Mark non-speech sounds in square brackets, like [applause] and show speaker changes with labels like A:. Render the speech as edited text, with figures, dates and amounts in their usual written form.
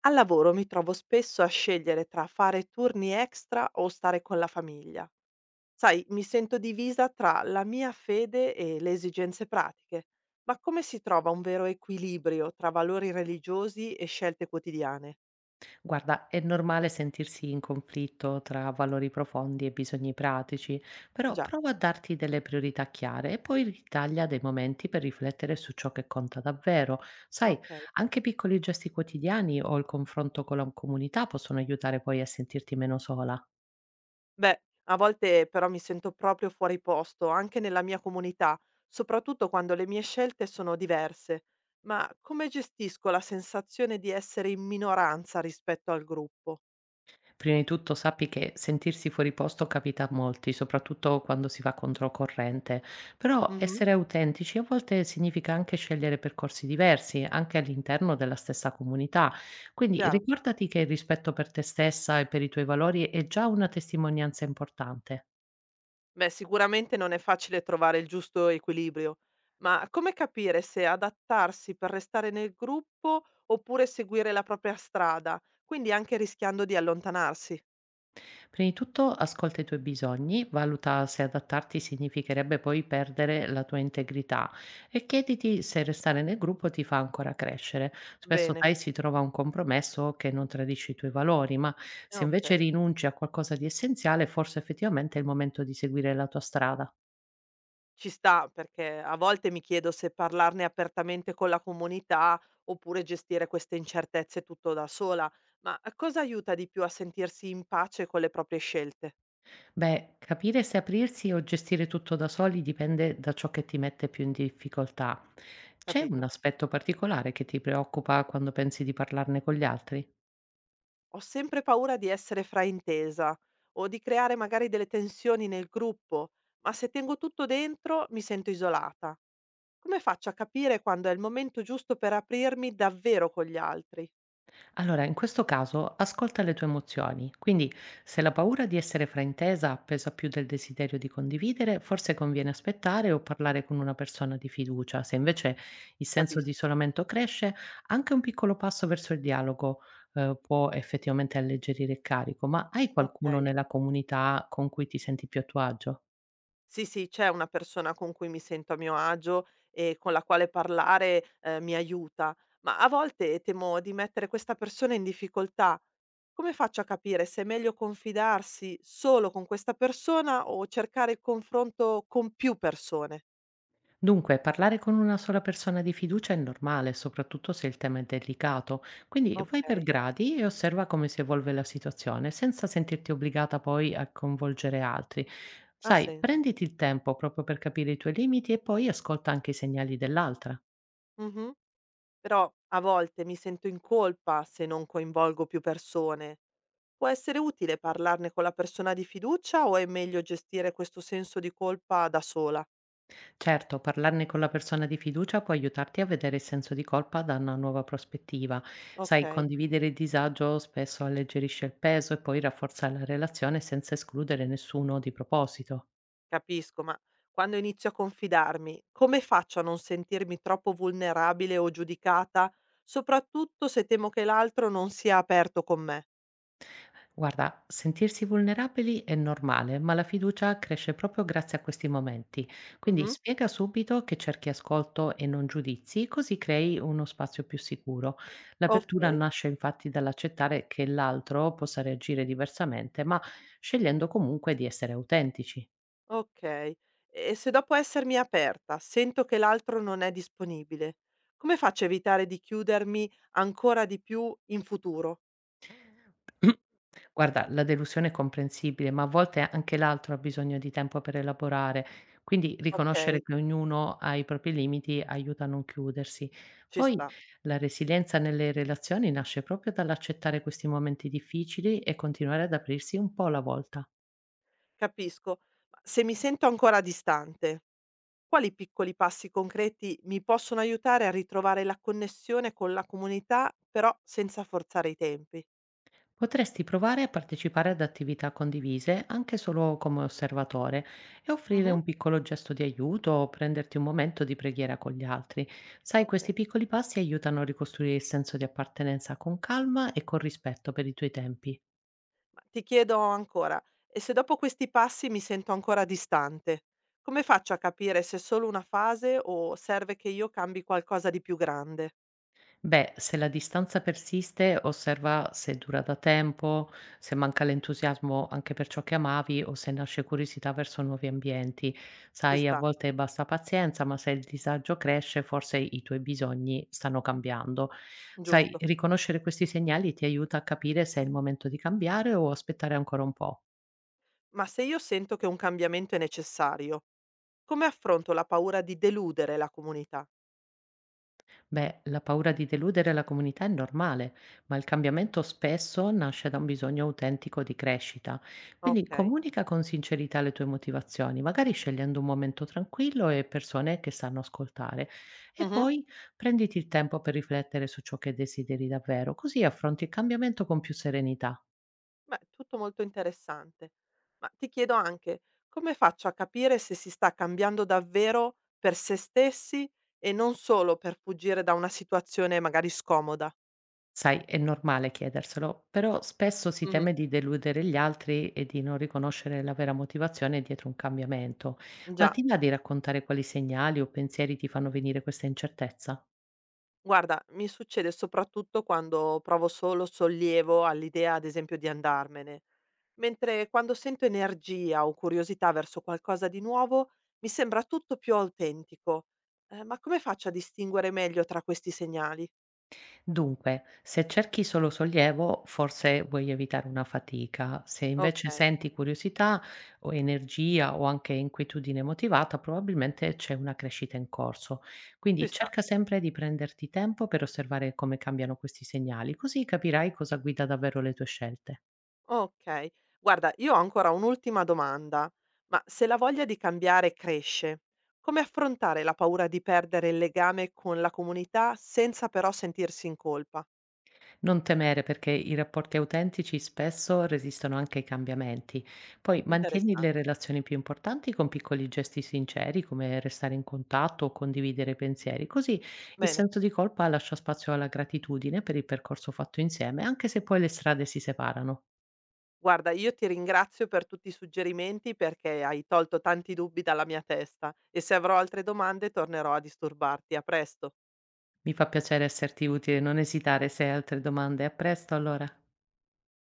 A: Al lavoro mi trovo spesso a scegliere tra fare turni extra o stare con la famiglia. Sai, mi sento divisa tra la mia fede e le esigenze pratiche. Ma come si trova un vero equilibrio tra valori religiosi e scelte quotidiane?
B: Guarda, è normale sentirsi in conflitto tra valori profondi e bisogni pratici, però
A: Già,
B: prova a darti delle priorità chiare e poi ritaglia dei momenti per riflettere su ciò che conta davvero. Sai,
A: ok.
B: anche piccoli gesti quotidiani o il confronto con la comunità possono aiutare poi a sentirti meno sola.
A: Beh, a volte però mi sento proprio fuori posto, anche nella mia comunità, soprattutto quando le mie scelte sono diverse. Ma come gestisco la sensazione di essere in minoranza rispetto al gruppo?
B: Prima di tutto sappi che sentirsi fuori posto capita a molti, soprattutto quando si va controcorrente, però
A: Mhm,
B: essere autentici a volte significa anche scegliere percorsi diversi, anche all'interno della stessa comunità. Quindi
A: chiaro.
B: ricordati che il rispetto per te stessa e per i tuoi valori è già una testimonianza importante.
A: Beh, sicuramente non è facile trovare il giusto equilibrio, ma come capire se adattarsi per restare nel gruppo oppure seguire la propria strada, quindi anche rischiando di allontanarsi?
B: Prima di tutto ascolta i tuoi bisogni, valuta se adattarti significherebbe poi perdere la tua integrità e chiediti se restare nel gruppo ti fa ancora crescere. Spesso
A: Bene,
B: sai si trova un compromesso che non tradisce i tuoi valori, ma se
A: ok.
B: invece rinunci a qualcosa di essenziale, forse effettivamente è il momento di seguire la tua strada.
A: Ci sta, perché a volte mi chiedo se parlarne apertamente con la comunità oppure gestire queste incertezze tutto da sola, ma cosa aiuta di più a sentirsi in pace con le proprie scelte?
B: Beh, capire se aprirsi o gestire tutto da soli dipende da ciò che ti mette più in difficoltà. C'è un
A: Capito?
B: aspetto particolare che ti preoccupa quando pensi di parlarne con gli altri?
A: Ho sempre paura di essere fraintesa o di creare magari delle tensioni nel gruppo, ma se tengo tutto dentro mi sento isolata. Come faccio a capire quando è il momento giusto per aprirmi davvero con gli altri?
B: Allora, in questo caso, ascolta le tue emozioni. Quindi, se la paura di essere fraintesa pesa più del desiderio di condividere, forse conviene aspettare o parlare con una persona di fiducia. Se invece il senso di
A: Capisco.
B: isolamento cresce, anche un piccolo passo verso il dialogo, può effettivamente alleggerire il carico. Ma hai qualcuno
A: Ok.
B: nella comunità con cui ti senti più a tuo agio?
A: Sì, sì, c'è una persona con cui mi sento a mio agio e con la quale parlare, mi aiuta, ma a volte temo di mettere questa persona in difficoltà. Come faccio a capire se è meglio confidarsi solo con questa persona o cercare il confronto con più persone?
B: Dunque, parlare con una sola persona di fiducia è normale, soprattutto se il tema è delicato, quindi vai per
A: Okay,
B: gradi e osserva come si evolve la situazione, senza sentirti obbligata poi a coinvolgere altri.
A: ha
B: Sai,
A: senso.
B: prenditi il tempo proprio per capire i tuoi limiti e poi ascolta anche i segnali dell'altra.
A: Mh-mh. Però a volte mi sento in colpa se non coinvolgo più persone. Può essere utile parlarne con la persona di fiducia o è meglio gestire questo senso di colpa da sola?
B: Certo, parlarne con la persona di fiducia può aiutarti a vedere il senso di colpa da una nuova prospettiva. Sai,
A: Okay.
B: condividere il disagio spesso alleggerisce il peso e poi rafforza la relazione senza escludere nessuno di proposito.
A: Capisco, ma quando inizio a confidarmi, come faccio a non sentirmi troppo vulnerabile o giudicata, soprattutto se temo che l'altro non sia aperto con me?
B: Guarda, sentirsi vulnerabili è normale, ma la fiducia cresce proprio grazie a questi momenti. Quindi
A: Mhm.
B: spiega subito che cerchi ascolto e non giudizi, così crei uno spazio più sicuro.
A: Ok,
B: L'apertura nasce infatti dall'accettare che l'altro possa reagire diversamente, ma scegliendo comunque di essere autentici.
A: ok. E se dopo essermi aperta sento che l'altro non è disponibile, come faccio a evitare di chiudermi ancora di più in futuro?
B: [coughs] [clears throat] Guarda, la delusione è comprensibile, ma a volte anche l'altro ha bisogno di tempo per elaborare, quindi
A: Ok,
B: riconoscere che ognuno ha i propri limiti aiuta a non chiudersi.
A: ci
B: Poi
A: sta,
B: la resilienza nelle relazioni nasce proprio dall'accettare questi momenti difficili e continuare ad aprirsi un po' alla volta.
A: capisco. Ma se mi sento ancora distante, quali piccoli passi concreti mi possono aiutare a ritrovare la connessione con la comunità, però senza forzare i tempi?
B: Potresti provare a partecipare ad attività condivise, anche solo come osservatore, e offrire
A: Mhm.
B: un piccolo gesto di aiuto o prenderti un momento di preghiera con gli altri. Sai,
A: Ok,
B: questi piccoli passi aiutano a ricostruire il senso di appartenenza con calma e con rispetto per i tuoi tempi.
A: ma ti chiedo ancora, e se dopo questi passi mi sento ancora distante, come faccio a capire se è solo una fase o serve che io cambi qualcosa di più grande?
B: Beh, se la distanza persiste, osserva se dura da tempo, se manca l'entusiasmo anche per ciò che amavi o se nasce curiosità verso nuovi ambienti.
A: Ci
B: Sai, a
A: sta,
B: volte basta pazienza, ma se il disagio cresce, forse i tuoi bisogni stanno cambiando. Sai,
A: giusto.
B: riconoscere questi segnali ti aiuta a capire se è il momento di cambiare o aspettare ancora un po'.
A: Ma se io sento che un cambiamento è necessario, come affronto la paura di deludere la comunità?
B: Beh, la paura di deludere la comunità è normale, ma il cambiamento spesso nasce da un bisogno autentico di crescita. Quindi
A: Ok.
B: comunica con sincerità le tue motivazioni, magari scegliendo un momento tranquillo e persone che sanno ascoltare. E
A: Mhm.
B: poi prenditi il tempo per riflettere su ciò che desideri davvero, così affronti il cambiamento con più serenità.
A: Beh, tutto molto interessante. Ma ti chiedo anche, come faccio a capire se si sta cambiando davvero per se stessi e non solo per fuggire da una situazione magari scomoda?
B: Sai, è normale chiederselo, però spesso si
A: Mhm.
B: teme di deludere gli altri e di non riconoscere la vera motivazione dietro un cambiamento. Ma
A: Già,
B: ti va di raccontare quali segnali o pensieri ti fanno venire questa incertezza?
A: guarda, mi succede soprattutto quando provo solo sollievo all'idea, ad esempio, di andarmene, mentre quando sento energia o curiosità verso qualcosa di nuovo, mi sembra tutto più autentico. Ma come faccio a distinguere meglio tra questi segnali?
B: Dunque, se cerchi solo sollievo, forse vuoi evitare una fatica. Se invece
A: Ok.
B: senti curiosità o energia o anche inquietudine motivata, probabilmente c'è una crescita in corso. Quindi
A: Ci sta.
B: cerca sempre di prenderti tempo per osservare come cambiano questi segnali, così capirai cosa guida davvero le tue scelte.
A: Okay. Guarda, io ho ancora un'ultima domanda, ma se la voglia di cambiare cresce, come affrontare la paura di perdere il legame con la comunità senza però sentirsi in colpa?
B: Non temere perché i rapporti autentici spesso resistono anche ai cambiamenti. Poi mantieni le
A: Interessante.
B: relazioni più importanti con piccoli gesti sinceri, come restare in contatto o condividere i pensieri. Così il
A: Bene,
B: senso di colpa lascia spazio alla gratitudine per il percorso fatto insieme, anche se poi le strade si separano.
A: guarda, io ti ringrazio per tutti i suggerimenti perché hai tolto tanti dubbi dalla mia testa e se avrò altre domande tornerò a disturbarti. A presto.
B: Mi fa piacere esserti utile, non esitare se hai altre domande. A presto allora.